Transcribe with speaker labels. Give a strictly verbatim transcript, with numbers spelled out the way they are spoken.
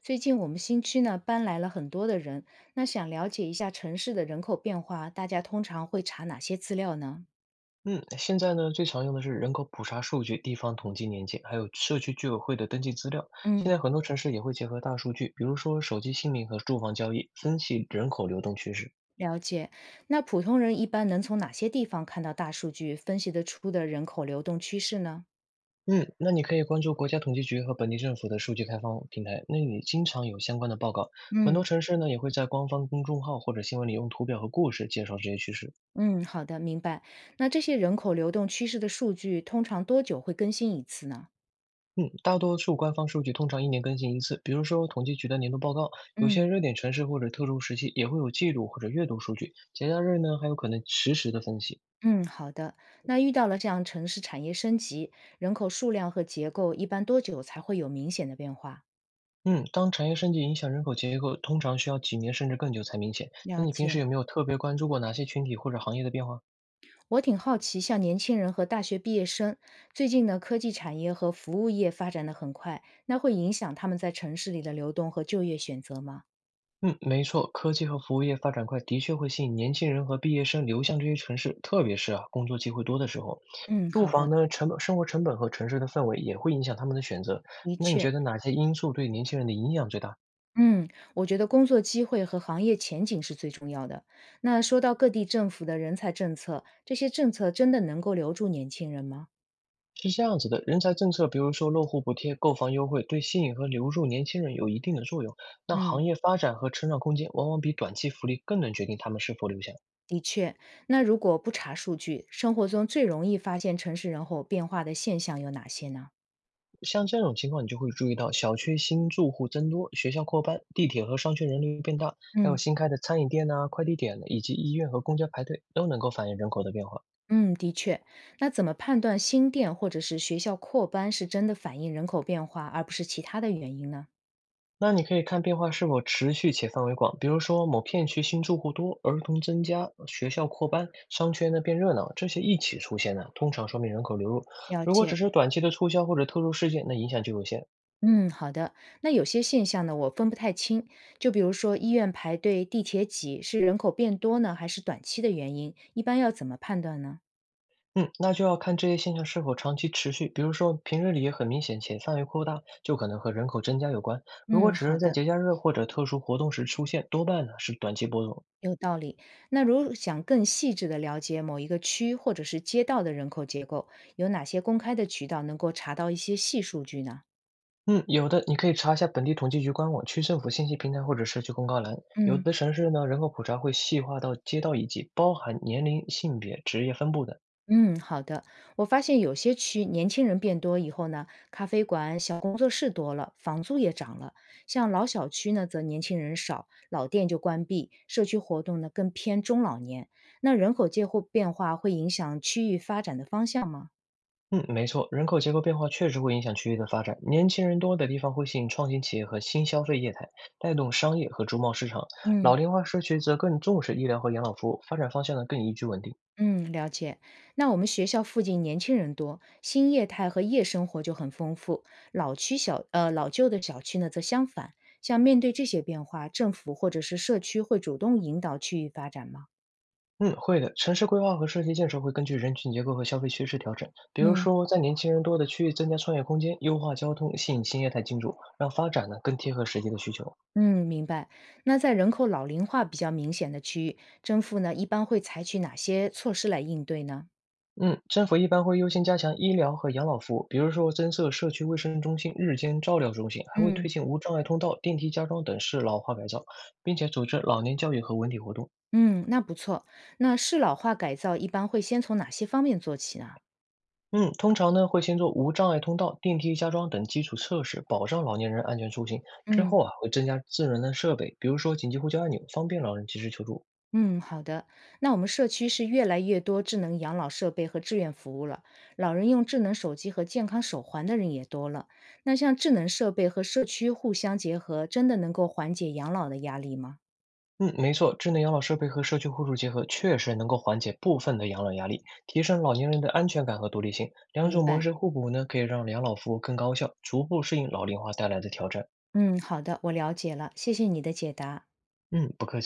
Speaker 1: 最近我们新区呢搬来了很多的人，那想了解一下城市的人口变化，大家通常会查哪些资料呢？
Speaker 2: 嗯，现在呢，最常用的是人口普查数据、地方统计年鉴，还有社区居委会的登记资料。现
Speaker 1: 嗯，
Speaker 2: 在很多城市也会结合大数据，比如说手机姓名和住房交易，分析人口流动趋势。
Speaker 1: 了解。那普通人一般能从哪些地方看到大数据，分析得出的人口流动趋势呢？
Speaker 2: 嗯，那你可以关注国家统计局和本地政府的数据开放平台，那里经常有相关的报告。很多
Speaker 1: 嗯，
Speaker 2: 城市呢，也会在官方公众号或者新闻里用图表和故事介绍这些趋势。
Speaker 1: 嗯，好的，明白。那这些人口流动趋势的数据通常多久会更新一次呢？
Speaker 2: 嗯，大多数官方数据通常一年更新一次，比如说统计局的年度报告，有些
Speaker 1: 嗯，
Speaker 2: 热点城市或者特殊时期也会有季度或者月度数据，节假日呢还有可能实时的分析。
Speaker 1: 嗯，好的。那遇到了这样城市产业升级，人口数量和结构一般多久才会有明显的变化？
Speaker 2: 嗯，当产业升级影响人口结构，通常需要几年甚至更久才明显。
Speaker 1: 了
Speaker 2: 那你平时
Speaker 1: 解。
Speaker 2: 有没有特别关注过哪些群体或者行业的变化？
Speaker 1: 我挺好奇，像年轻人和大学毕业生，最近呢，科技产业和服务业发展的很快，那会影响他们在城市里的流动和就业选择吗？
Speaker 2: 嗯，没错，科技和服务业发展快，的确会吸引年轻人和毕业生流向这些城市，特别是啊，工作机会多的时候，
Speaker 1: 嗯，
Speaker 2: 住
Speaker 1: 好的，
Speaker 2: 房呢，成本、生活成本和城市的氛围也会影响他们的选择。
Speaker 1: 的
Speaker 2: 那你
Speaker 1: 确，
Speaker 2: 觉得哪些因素对年轻人的影响最大？
Speaker 1: 嗯，我觉得工作机会和行业前景是最重要的。那说到各地政府的人才政策，这些政策真的能够留住年轻人吗？
Speaker 2: 是这样子的，人才政策，比如说落户补贴、购房优惠，对吸引和留住年轻人有一定的作用。那
Speaker 1: 嗯，
Speaker 2: 行业发展和成长空间，往往比短期福利更能决定他们是否留下。
Speaker 1: 的确。那如果不查数据，生活中最容易发现城市人口变化的现象有哪些呢？
Speaker 2: 像这种情况，你就会注意到小区新住户增多，学校扩班，地铁和商圈人流变大，还有
Speaker 1: 嗯。
Speaker 2: 新开的餐饮店啊、快递点，以及医院和公交排队，都能够反映人口的变化。
Speaker 1: 嗯，的确。那怎么判断新店或者是学校扩班是真的反映人口变化，而不是其他的原因呢？
Speaker 2: 那你可以看变化是否持续且范围广，比如说某片区新住户多，儿童增加，学校扩班，商圈呢变热闹，这些一起出现呢，通常说明人口流入。
Speaker 1: 了
Speaker 2: 如果只
Speaker 1: 解，
Speaker 2: 是短期的促销或者特殊事件，那影响就有限。
Speaker 1: 嗯，好的。那有些现象呢，我分不太清，就比如说医院排队、地铁挤，是人口变多呢，还是短期的原因？一般要怎么判断呢？
Speaker 2: 嗯，那就要看这些现象是否长期持续，比如说平日里也很明显且范围扩大，就可能和人口增加有关。如果
Speaker 1: 嗯，
Speaker 2: 只
Speaker 1: 好
Speaker 2: 是在
Speaker 1: 的，
Speaker 2: 节假日或者特殊活动时出现，多半呢是短期波动。
Speaker 1: 有道理。那如想更细致的了解某一个区或者是街道的人口结构，有哪些公开的渠道能够查到一些细数据呢？
Speaker 2: 嗯，有的你可以查一下本地统计局官网、区政府信息平台或者社区公告栏。有
Speaker 1: 嗯。
Speaker 2: 的城市呢，人口普查会细化到街道以及包含年龄、性别、职业分布的。
Speaker 1: 嗯，好的。我发现有些区年轻人变多以后呢，咖啡馆、小工作室多了，房租也涨了。像老小区呢，则年轻人少，老店就关闭，社区活动呢更偏中老年。那人口结构变化会影响区域发展的方向吗？
Speaker 2: 嗯，没错，人口结构变化确实会影响区域的发展。年轻人多的地方会吸引创新企业和新消费业态，带动商业和珠贸市场；老
Speaker 1: 嗯。
Speaker 2: 龄化社区则更重视医疗和养老服务，发展方向呢更宜居稳定。
Speaker 1: 嗯，了解。那我们学校附近年轻人多，新业态和夜生活就很丰富。老区小，呃，老旧的小区呢，则相反。像面对这些变化，政府或者是社区会主动引导区域发展吗？
Speaker 2: 嗯，会的，城市规划和社区建设会根据人群结构和消费趋势调整，比如
Speaker 1: 嗯
Speaker 2: 说在年轻人多的区域增加创业空间，优化交通，吸引新业态进驻，让发展呢更贴合实际的需求。
Speaker 1: 嗯，明白。那在人口老龄化比较明显的区域，政府呢一般会采取哪些措施来应对呢？
Speaker 2: 嗯，政府一般会优先加强医疗和养老服务，比如说增设社区卫生中心、日间照料中心，还会推
Speaker 1: 嗯
Speaker 2: 进无障碍通道、电梯加装等适老化改造，并且组织老年教育和文体活动。
Speaker 1: 嗯，那不错。那适老化改造一般会先从哪些方面做起呢？
Speaker 2: 嗯，通常呢会先做无障碍通道、电梯加装等基础设施，保障老年人安全出行。之
Speaker 1: 嗯。
Speaker 2: 后啊会增加智能的设备，比如说紧急呼叫按钮，方便老人及时求助。
Speaker 1: 嗯，好的。那我们社区是越来越多智能养老设备和志愿服务了，老人用智能手机和健康手环的人也多了。那像智能设备和社区互相结合，真的能够缓解养老的压力吗？
Speaker 2: 嗯，没错，智能养老设备和社区互助结合，确实能够缓解部分的养老压力，提升老年人的安全感和独立性。两
Speaker 1: 明
Speaker 2: 种模
Speaker 1: 白。
Speaker 2: 式互补呢，可以让养老服务更高效，逐步适应老龄化带来的挑战。
Speaker 1: 嗯，好的，我了解了，谢谢你的解答。
Speaker 2: 嗯，不客气。